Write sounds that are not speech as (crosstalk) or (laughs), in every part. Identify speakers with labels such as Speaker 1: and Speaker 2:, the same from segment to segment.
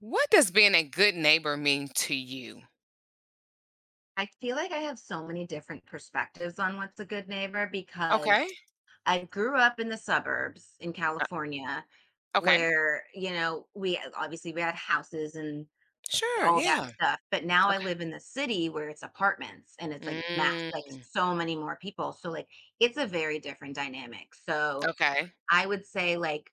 Speaker 1: What does being a good neighbor mean to you?
Speaker 2: I feel like I have so many different perspectives on what's a good neighbor because
Speaker 1: Okay.
Speaker 2: I grew up in the suburbs in
Speaker 1: Uh,
Speaker 2: California
Speaker 1: okay.
Speaker 2: where, we obviously we had houses and
Speaker 1: Sure.
Speaker 2: all that
Speaker 1: Yeah.
Speaker 2: stuff, but now I
Speaker 1: Okay.
Speaker 2: live in the city where it's apartments and it's like mass like
Speaker 1: Mm,
Speaker 2: so many more people. So like it's a very different dynamic. So
Speaker 1: okay.
Speaker 2: I would say like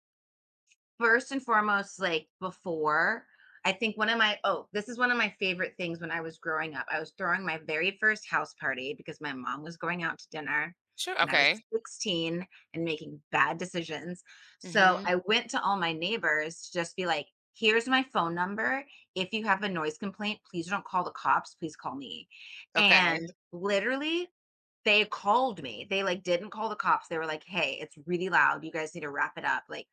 Speaker 2: first and foremost, like before, I think one of my oh, this is one of my favorite things when I was growing up. I was throwing my very first house party because my mom was going out to dinner
Speaker 1: Sure.
Speaker 2: and I was
Speaker 1: Okay.
Speaker 2: 16 and making bad decisions. So
Speaker 1: hmm
Speaker 2: I went to all my neighbors to just be like, here's my phone number. If you have a noise complaint, please don't call the cops. Please call me.
Speaker 1: Okay.
Speaker 2: And literally, they called me. They like didn't call the cops. They were like, hey, it's really loud. You guys need to wrap it up. Like,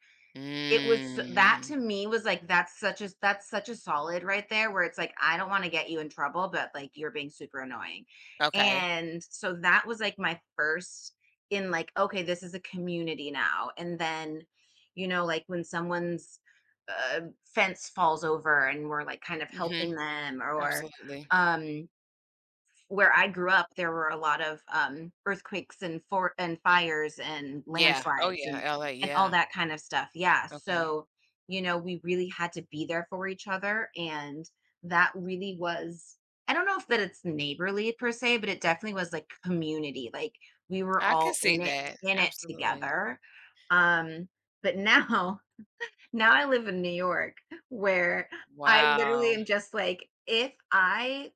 Speaker 2: it was that
Speaker 1: Mm,
Speaker 2: to me was like, that's such a solid right there where it's like, I don't want to get you in trouble, but like you're being super annoying.
Speaker 1: okay.
Speaker 2: And so that was like my first in like, okay, this is a community now. And then, you know, like when someone's fence falls over and we're like kind of
Speaker 1: hmm
Speaker 2: helping them or
Speaker 1: Absolutely.
Speaker 2: um where I grew up, there were a lot of earthquakes and for and fires and
Speaker 1: Yeah. Oh,
Speaker 2: landslides
Speaker 1: yeah. LA.
Speaker 2: and all
Speaker 1: Yeah.
Speaker 2: that kind of stuff. Yeah,
Speaker 1: Okay.
Speaker 2: so you know, we really had to be there for each other, and that really was. I don't know if that it's neighborly per se, but it definitely was like community. Like we were
Speaker 1: I can
Speaker 2: all
Speaker 1: see that.
Speaker 2: in it
Speaker 1: Absolutely.
Speaker 2: together. Um, but (laughs) now I live in New York where I literally
Speaker 1: Wow.
Speaker 2: am just like, if I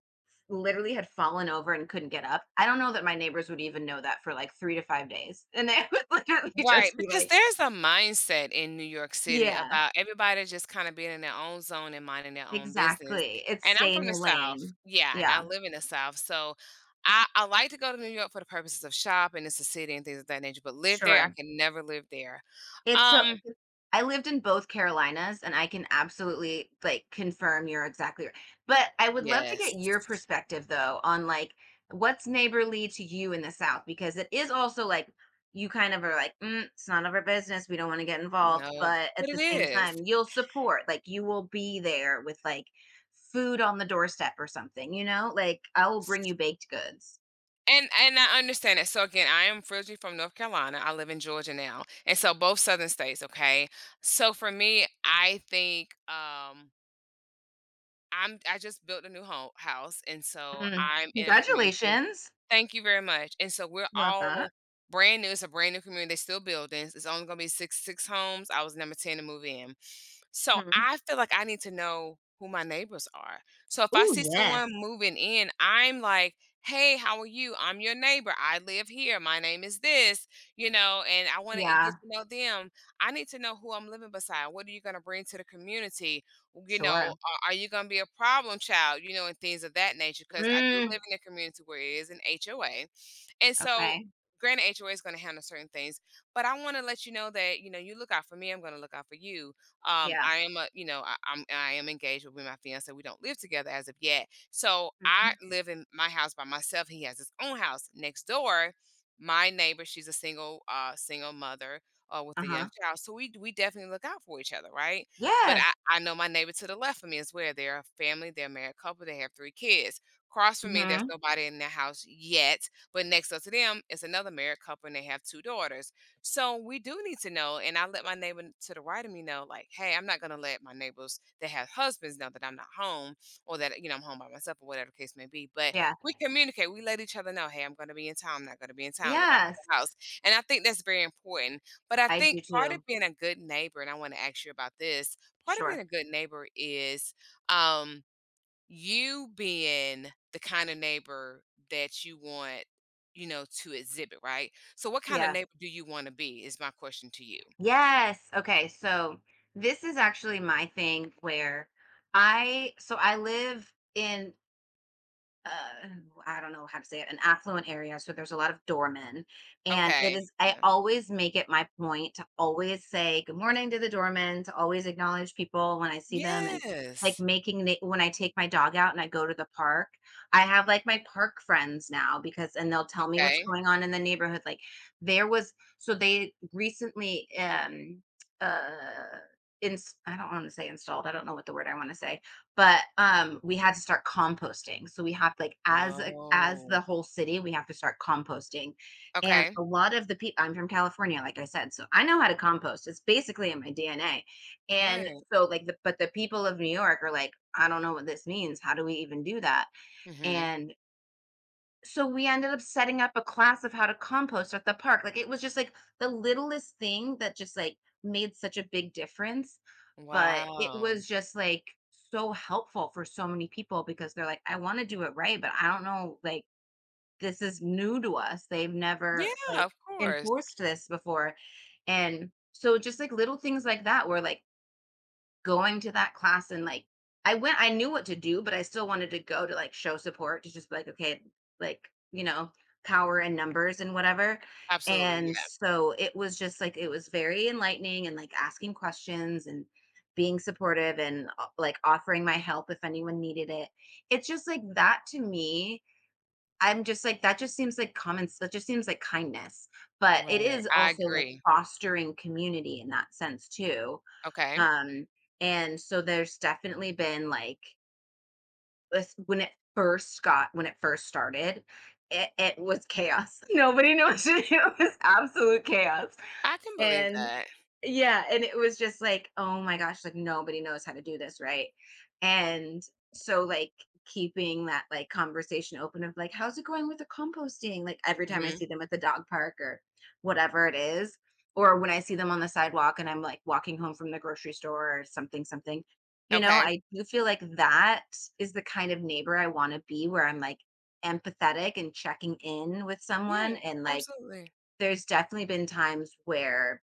Speaker 2: literally had fallen over and couldn't get up, I don't know that my neighbors would even know that for like 3 to 5 days. And they (laughs) would literally
Speaker 1: Right,
Speaker 2: just be
Speaker 1: because
Speaker 2: like,
Speaker 1: there's a mindset in New York City
Speaker 2: "Yeah,
Speaker 1: about everybody just kind of being in their own zone and minding their own business.
Speaker 2: exactly. It's
Speaker 1: And I'm
Speaker 2: stay in
Speaker 1: from the
Speaker 2: your
Speaker 1: South.
Speaker 2: lane."
Speaker 1: Yeah, and I
Speaker 2: Yeah,
Speaker 1: live in the South. So I like to go to New York for the purposes of shop and it's a city and things of that nature. But live there, I
Speaker 2: sure.
Speaker 1: can never live there.
Speaker 2: It's so
Speaker 1: Um,
Speaker 2: I lived in both Carolinas, and I can absolutely, like, confirm you're exactly right. But I would love to get
Speaker 1: yes.
Speaker 2: your perspective, though, on, like, what's neighborly to you in the South? Because it is also, like, you kind of are like, "Mm, it's none of our business, we don't wanna get involved,"
Speaker 1: No,
Speaker 2: but at
Speaker 1: but
Speaker 2: the
Speaker 1: it
Speaker 2: same
Speaker 1: is.
Speaker 2: time, you'll support, like, you will be there with, like, food on the doorstep or something, you know? Like, "I will bring you baked goods."
Speaker 1: And I understand that. So again, I am originally from North Carolina. I live in Georgia now. And so both southern states, okay? So for me, I think I just built a new home house, and so
Speaker 2: Mm,
Speaker 1: I'm in a community.
Speaker 2: congratulations.
Speaker 1: Thank you very much, and so we're
Speaker 2: Love that.
Speaker 1: all brand new. It's a brand new community, they still buildings, it's only gonna be 6 homes. I was number 10 to move in. So
Speaker 2: Mhm.
Speaker 1: I feel like I need to know who my neighbors are. So if I
Speaker 2: Ooh,
Speaker 1: see someone
Speaker 2: yes.
Speaker 1: moving in, I'm like, "Hey, how are you? I'm your neighbor. I live here. My name is this," you know, and I want to get
Speaker 2: Yeah.
Speaker 1: to know them. I need to know who I'm living beside. What are you going to bring to the community? You
Speaker 2: Sure.
Speaker 1: know, are you going to be a problem child? You know, and things of that nature. Because I do live
Speaker 2: Mm,
Speaker 1: in a community where it is an HOA, and so,
Speaker 2: okay.
Speaker 1: granted, HOA is going to handle certain things, but I want to let you know that you know you look out for me. I'm going to look out for you.
Speaker 2: Yeah.
Speaker 1: I am a you know I am engaged with my fiance. We don't live together as of yet, so I
Speaker 2: Mhm.
Speaker 1: live in my house by myself. He has his own house next door. My neighbor, she's a single single mother. With a young
Speaker 2: Uh-huh.
Speaker 1: child, so we definitely look out for each other, right? But
Speaker 2: Yes.
Speaker 1: I know my neighbor to the left of me is where they're a family, they're a married couple, they have 3 kids. Across from me, there's
Speaker 2: Mhm.
Speaker 1: nobody in their house yet, but next door to them is another married couple and they have 2 daughters. So we do need to know. And I let my neighbor to the right of me know, like, hey, I'm not going to let my neighbors that have husbands know that I'm not home or that, you know, I'm home by myself or whatever the case may be. But
Speaker 2: Yeah.
Speaker 1: we communicate. We let each other know, hey, I'm going to be in town. I'm not going to be in town. Look out for the
Speaker 2: Yes.
Speaker 1: house. And I think that's very important. But I
Speaker 2: I do
Speaker 1: think part
Speaker 2: too.
Speaker 1: of being a good neighbor, and I want to ask you about this, part of being
Speaker 2: Sure.
Speaker 1: a good neighbor is, um, you being the kind of neighbor that you want, you know, to exhibit, right? So what kind of
Speaker 2: Yeah.
Speaker 1: neighbor do you want to be is my question to you.
Speaker 2: Yes. Okay. So this is actually my thing where I live in uh, I don't know how to say it, an affluent area. So there's a lot of doormen. And it
Speaker 1: Okay.
Speaker 2: is, I
Speaker 1: Yeah.
Speaker 2: always make it my point to always say good morning to the doormen, to always acknowledge people when I see them. And like
Speaker 1: Yes.
Speaker 2: making it when I take my dog out and I go to the park, I have like my park friends now because, and they'll tell me what's
Speaker 1: Okay.
Speaker 2: going on in the neighborhood. Like there was, so they recently, uh, I don't want to say installed. I don't know what the word I want to say but we had to start composting, so we have like as the
Speaker 1: Oh.
Speaker 2: whole city we have to start composting, and
Speaker 1: Okay.
Speaker 2: a lot of the people, I'm from California like I said, so I know how to compost, it's basically in my DNA. And
Speaker 1: Right.
Speaker 2: so but the people of New York are like I don't know what this means, how do we even do that?
Speaker 1: Mhm.
Speaker 2: And so we ended up setting up a class of how to compost at the park. Like it was just like the littlest thing that just like made such a big difference, but it
Speaker 1: Wow.
Speaker 2: was just like so helpful for so many people because they're like I want to do it right, but I don't know like this is new to us. They've
Speaker 1: Yeah,
Speaker 2: never like
Speaker 1: of course.
Speaker 2: enforced this before. And so just like little things like that were like going to that class and like I went I knew what to do, but I still wanted to go to like show support to just be like, okay, like, you know, power and numbers and whatever.
Speaker 1: Absolutely.
Speaker 2: And
Speaker 1: Yeah.
Speaker 2: so it was just like it was very enlightening and like asking questions and being supportive and like offering my help if anyone needed it. It's just like that to me. I'm just like that just seems like common, that just seems like kindness. But it
Speaker 1: Right.
Speaker 2: is
Speaker 1: I
Speaker 2: also like
Speaker 1: agree.
Speaker 2: fostering community in that sense too.
Speaker 1: Okay.
Speaker 2: Um, and so there's definitely been like this when it first got when it first started, it was chaos. (laughs) Nobody knows. (laughs) It was absolute chaos.
Speaker 1: I can believe
Speaker 2: And
Speaker 1: that.
Speaker 2: yeah, and it was just like, oh my gosh, like nobody knows how to do this, right? And so like keeping that like conversation open of like, how's it going with the composting? Like every time I
Speaker 1: Mhm.
Speaker 2: see them at the dog park or whatever it is, or when I see them on the sidewalk and I'm like walking home from the grocery store or something, something, you know,
Speaker 1: Okay.
Speaker 2: I do feel like that is the kind of neighbor I want to be where I'm like empathetic and checking in with
Speaker 1: Yeah.
Speaker 2: someone. And like
Speaker 1: Absolutely.
Speaker 2: there's definitely been times where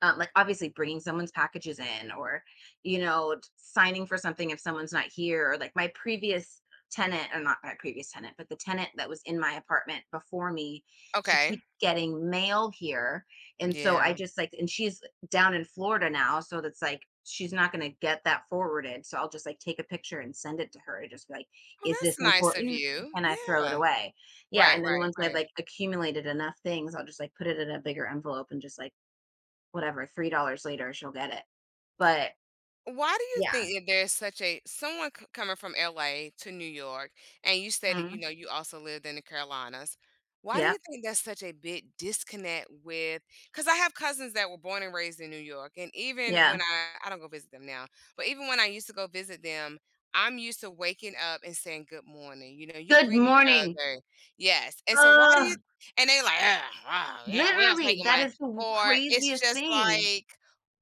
Speaker 2: like obviously bringing someone's packages in or you know signing for something if someone's not here, or like my previous tenant, or not my previous tenant but the tenant that was in my apartment before me, she
Speaker 1: Okay.
Speaker 2: keeps getting mail here, and so I
Speaker 1: Yeah.
Speaker 2: just like, and she's down in Florida now, so that's like she's not going to get that forwarded, so I'll just like take a picture and send it to her and just be like,
Speaker 1: Well,
Speaker 2: is this
Speaker 1: that's nice of
Speaker 2: important,
Speaker 1: you.
Speaker 2: can I throw it
Speaker 1: Yeah.
Speaker 2: away? Yeah,
Speaker 1: Right,
Speaker 2: and then
Speaker 1: right,
Speaker 2: once I've
Speaker 1: right.
Speaker 2: like accumulated enough things I'll just like put it in a bigger envelope and just like whatever, $3 later, she'll get it. But
Speaker 1: Why do you
Speaker 2: yeah.
Speaker 1: think that there's such a someone coming from LA to New York, and you stated, you
Speaker 2: Mhm.
Speaker 1: know, you also lived in the Carolinas. Why do
Speaker 2: Yep.
Speaker 1: you think that's such a big disconnect with? Because I have cousins that were born and raised in New York, and even
Speaker 2: Yeah.
Speaker 1: when I don't go visit them now, but even when I used to go visit them, I'm used to waking up and saying good morning. You know, you
Speaker 2: Good
Speaker 1: greet each
Speaker 2: morning.
Speaker 1: other, yes. And so why do you?
Speaker 2: Ugh,
Speaker 1: And they like, yeah, we don't say
Speaker 2: literally,
Speaker 1: good
Speaker 2: that
Speaker 1: morning,
Speaker 2: is the w
Speaker 1: or it's
Speaker 2: craziest
Speaker 1: just
Speaker 2: thing.
Speaker 1: like.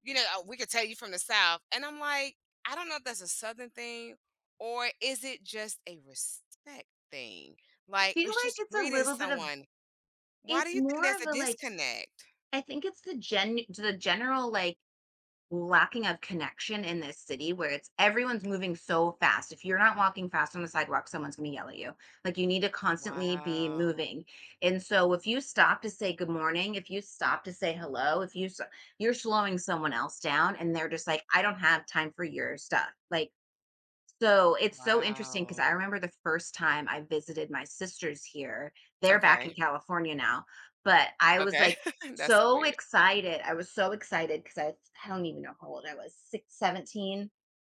Speaker 1: You know, "Oh, we could tell you from the South." And I'm like, I don't know if that's a Southern thing or is it just a respect thing?
Speaker 2: I
Speaker 1: Like,
Speaker 2: feel
Speaker 1: it's
Speaker 2: like
Speaker 1: just
Speaker 2: it's a
Speaker 1: greeting
Speaker 2: little bit of
Speaker 1: someone. Why do
Speaker 2: it's
Speaker 1: you think
Speaker 2: more
Speaker 1: there's
Speaker 2: of
Speaker 1: a
Speaker 2: a, like
Speaker 1: disconnect?
Speaker 2: I think it's the general, like, lacking of connection in this city where it's everyone's moving so fast. If you're not walking fast on the sidewalk, someone's going to yell at you. Like you need to constantly be
Speaker 1: Wow.
Speaker 2: moving. And so if you stop to say good morning, if you stop to say hello, if you s- you're slowing someone else down and they're just like I don't have time for your stuff. Like so, it's so interesting because
Speaker 1: Wow.
Speaker 2: I remember the first time I visited my sisters here, they're back in
Speaker 1: Okay.
Speaker 2: California now, but I was,
Speaker 1: Okay.
Speaker 2: like,
Speaker 1: (laughs) That's so
Speaker 2: so
Speaker 1: weird.
Speaker 2: excited. I was so excited because I don't even know how old I was, 617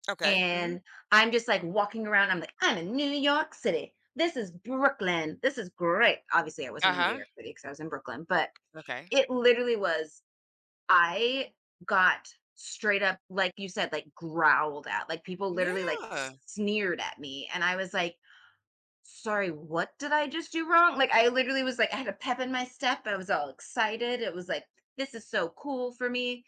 Speaker 1: Okay. Mhm.
Speaker 2: and I'm just, like, walking around, I'm like, "I'm in New York City. This is Brooklyn. This is great." Obviously, I wasn't in New
Speaker 1: Uh-huh.
Speaker 2: York City because I was in Brooklyn, but
Speaker 1: Okay.
Speaker 2: it literally was I got straight up, like you said, like growled at. Like people literally like
Speaker 1: Yeah.
Speaker 2: sneered at me. And I was like, sorry, what did I just do wrong? Like I literally was like, I had a pep in my step. I was all excited. It was like, this is so cool for me.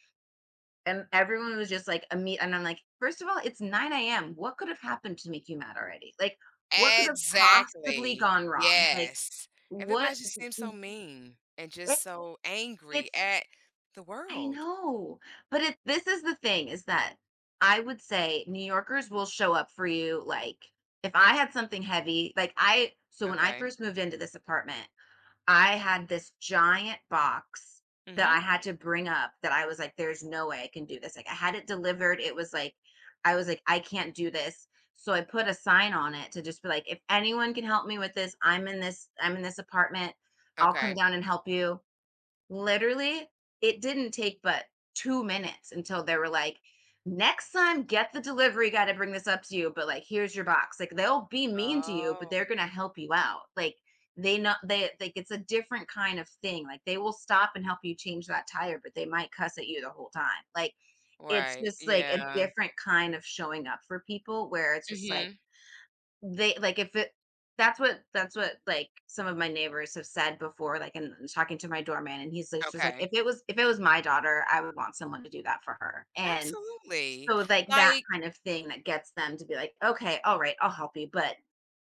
Speaker 2: And everyone was just like, a meet. And I'm like, first of all, it's 9 a.m. What could have happened to make you mad already? Like, what could have possibly
Speaker 1: Exactly.
Speaker 2: gone wrong? Like,
Speaker 1: Yes.
Speaker 2: what?
Speaker 1: Everybody just seems so
Speaker 2: Mm,
Speaker 1: mean and
Speaker 2: It,
Speaker 1: just so angry
Speaker 2: it's
Speaker 1: at the
Speaker 2: I
Speaker 1: world.
Speaker 2: know. But it this is the thing is that I would say New Yorkers will show up for you like if I had something heavy, like I so when I
Speaker 1: Okay.
Speaker 2: first moved into this apartment, I had this giant box that I
Speaker 1: Mhm.
Speaker 2: had to bring up that I was like there's no way I can do this. Like I had it delivered. It was like I can't do this. So I put a sign on it to just be like if anyone can help me with this, I'm in this I'm in this apartment. I'll come
Speaker 1: Okay.
Speaker 2: down and help you. Literally, it didn't take but 2 minutes until they were like, "Next time, get the delivery guy to bring this up to you, but, like, here's your box." Like, they'll be mean to you, but they're
Speaker 1: Oh,
Speaker 2: gonna help you out. Like, they know they like, it's a different kind of thing. Like, they will stop and help you change that tire, but they might cuss at you the whole time. Like, it's
Speaker 1: right.
Speaker 2: just, like, a
Speaker 1: Yeah.
Speaker 2: different kind of showing up for people where it's just like,
Speaker 1: Mhm.
Speaker 2: they like, if it that's what, like, some of my neighbors have said before, like, and talking to my doorman, and he's like just like, "If
Speaker 1: Okay.
Speaker 2: it was if it was my daughter, I would want someone to do that for her." And
Speaker 1: Absolutely.
Speaker 2: so,
Speaker 1: Mm.
Speaker 2: like, that
Speaker 1: Like,
Speaker 2: kind of thing that gets them to be like, "Okay, all right, I'll help you, but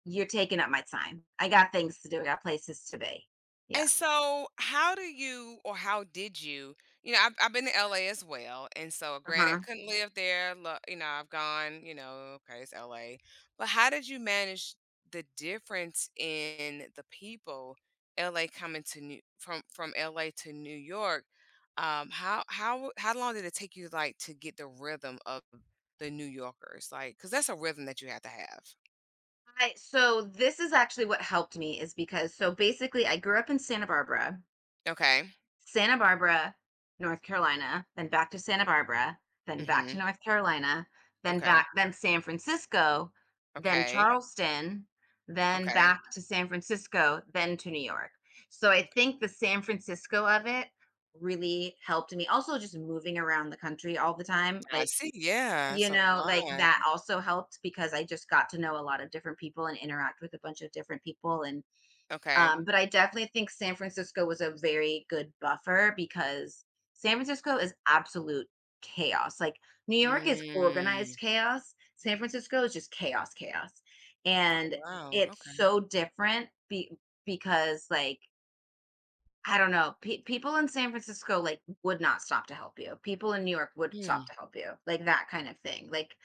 Speaker 2: you're taking up my time. I got things to do. I got places to be." Yeah,
Speaker 1: and so, how do you or how did you? You know, I've been to LA as well, and so
Speaker 2: uh-huh.
Speaker 1: granted, couldn't live there. You know, I've gone. You know, okay, it's LA, but how did you manage the difference in the people? LA coming to New from LA to New York. How long did it take you like to get the rhythm of the New Yorkers? Like, because that's a rhythm that you have to have.
Speaker 2: I so, this is actually what helped me is because so, basically, I grew up in Santa Barbara
Speaker 1: Okay.
Speaker 2: Santa Barbara, North Carolina, then back to Santa Barbara, then back to
Speaker 1: Mm-hmm.
Speaker 2: North Carolina, then
Speaker 1: Okay.
Speaker 2: back, then San Francisco, then
Speaker 1: Okay.
Speaker 2: Charleston, then
Speaker 1: Okay.
Speaker 2: back to San Francisco, then to New York. So I
Speaker 1: Okay.
Speaker 2: think the San Francisco of it really helped me. Also, just moving around the country all the time,
Speaker 1: I
Speaker 2: like,
Speaker 1: see, yeah, it's a
Speaker 2: like
Speaker 1: lot.
Speaker 2: that also helped because I just got to know a lot of different people and interact with a bunch of different people and
Speaker 1: Okay.
Speaker 2: but I definitely think San Francisco was a very good buffer because San Francisco is absolute chaos. Like New York is organized
Speaker 1: Mm.
Speaker 2: chaos. San Francisco is just chaos, chaos.
Speaker 1: Oh,
Speaker 2: And
Speaker 1: wow,
Speaker 2: it's
Speaker 1: okay.
Speaker 2: so different because like I don't know, people in San Francisco like would not stop to help you. People in New York would stop
Speaker 1: Mm.
Speaker 2: to help you. Like that kind of thing. Like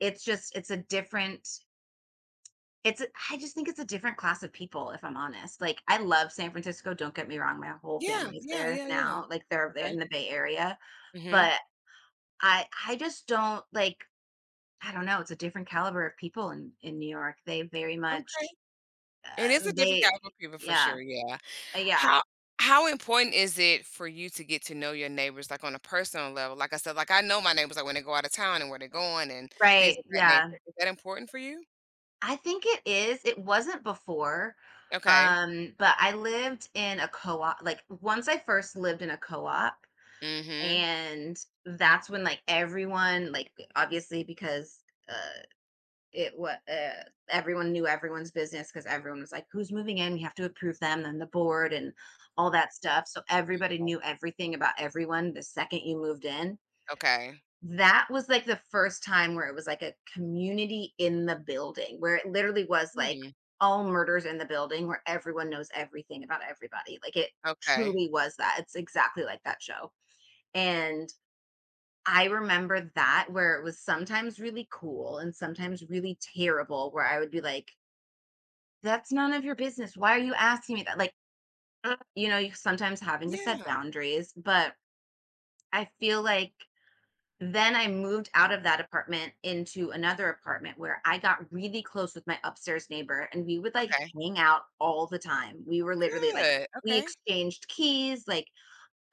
Speaker 2: it's just it's a different it's I just think it's a different class of people, if I'm honest. Like, I love San Francisco, don't get me wrong, my whole
Speaker 1: Yeah,
Speaker 2: family's
Speaker 1: yeah,
Speaker 2: there
Speaker 1: yeah, yeah,
Speaker 2: now, like, they're
Speaker 1: okay.
Speaker 2: in the Bay Area,
Speaker 1: Mhm.
Speaker 2: but I just don't like I don't know, it's a different caliber of people in New York. They very
Speaker 1: Okay.
Speaker 2: much,
Speaker 1: It is a different
Speaker 2: they
Speaker 1: type of people for
Speaker 2: yeah,
Speaker 1: sure, yeah.
Speaker 2: yeah,
Speaker 1: How how important is it for you to get to know your neighbors, like, on a personal level? Like I said, like, I know my neighbors, like, when they go out of town and where they're going and things
Speaker 2: right,
Speaker 1: of that nature.
Speaker 2: yeah.
Speaker 1: Is that important for you?
Speaker 2: I think it is, it wasn't before,
Speaker 1: Okay.
Speaker 2: but I lived in a co-op like, once I first lived in a co-op
Speaker 1: Mhm.
Speaker 2: and that's when like everyone like obviously because uh it what everyone knew everyone's business because everyone was like who's moving in we have to approve them then the board and all that stuff so everybody knew everything about everyone the second you moved in
Speaker 1: Okay.
Speaker 2: that was like the first time where it was like a community in the building where it literally was like
Speaker 1: Hmm,
Speaker 2: all murders in the building where everyone knows everything about everybody like it
Speaker 1: okay.
Speaker 2: truly was that it's exactly like that show and I remember that where it was sometimes really cool and sometimes really terrible, where I would be like, that's none of your business. Why are you asking me that? Like, you sometimes having to set
Speaker 1: Yeah,
Speaker 2: boundaries, but I feel like then I moved out of that apartment into another apartment where I got really close with my upstairs neighbor and we would like
Speaker 1: okay.
Speaker 2: hang out all the time. We were literally like,
Speaker 1: Good,
Speaker 2: we
Speaker 1: okay.
Speaker 2: exchanged keys, like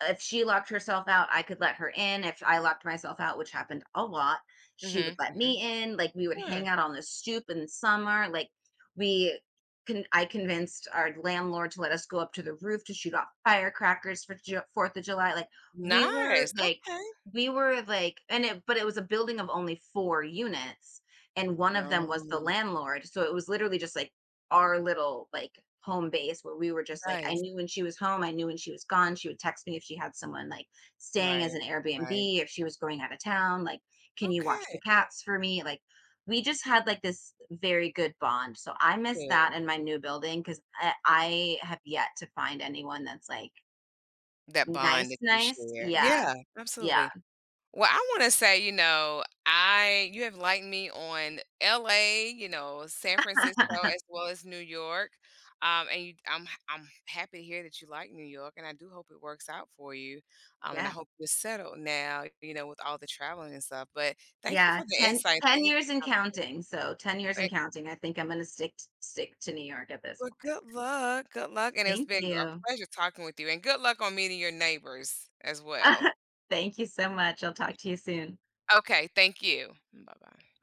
Speaker 2: if she locked herself out, I could let her in. If I locked myself out, which happened a lot, she would
Speaker 1: Mhm,
Speaker 2: let
Speaker 1: mhm.
Speaker 2: me in. Like we would
Speaker 1: Sure.
Speaker 2: hang out on the stoop in the summer. Like we I convinced our landlord to let us go up to the roof to shoot off firecrackers for Fourth of July. Like we were
Speaker 1: Nice,
Speaker 2: like,
Speaker 1: okay.
Speaker 2: we were like, and it, but it was a building of only 4 units, and one of them was the
Speaker 1: Oh,
Speaker 2: landlord. So it was literally just like our little like home base where we were just like I
Speaker 1: nice.
Speaker 2: knew when she was home, I knew when she was gone. She would text me if she had someone like staying as
Speaker 1: Right,
Speaker 2: an
Speaker 1: right.
Speaker 2: Airbnb, if she was going out of town, like, can you watch the
Speaker 1: Okay,
Speaker 2: cats for me? Like we just had like this very good bond. So I miss
Speaker 1: good.
Speaker 2: that in my new building because I have yet to find anyone that's like
Speaker 1: That bond
Speaker 2: nice,
Speaker 1: that you
Speaker 2: nice.
Speaker 1: share.
Speaker 2: Yeah.
Speaker 1: Yeah,
Speaker 2: Yeah.
Speaker 1: absolutely. Well, I wanna say, you know, I you have liked me on LA, you know, San Francisco, as
Speaker 2: (laughs)
Speaker 1: well as New York, and you I'm happy to hear that you like New York, and I do hope it works out for you, and I
Speaker 2: yeah.
Speaker 1: hope you're settled now, you know, with all the traveling and stuff, but thank you
Speaker 2: Yeah.
Speaker 1: for the
Speaker 2: ten
Speaker 1: insight, thank
Speaker 2: ten
Speaker 1: you for
Speaker 2: years and
Speaker 1: the
Speaker 2: counting. So 10 years and
Speaker 1: conver
Speaker 2: counting. I think I'm going to stick to New York at this
Speaker 1: Well,
Speaker 2: point.
Speaker 1: good luck, and it's
Speaker 2: Thank
Speaker 1: been a
Speaker 2: you.
Speaker 1: pleasure talking with you, and good luck on meeting your neighbors as well.
Speaker 2: (laughs) Thank you so much. I'll talk to you soon.
Speaker 1: Okay, thank you. Bye-bye.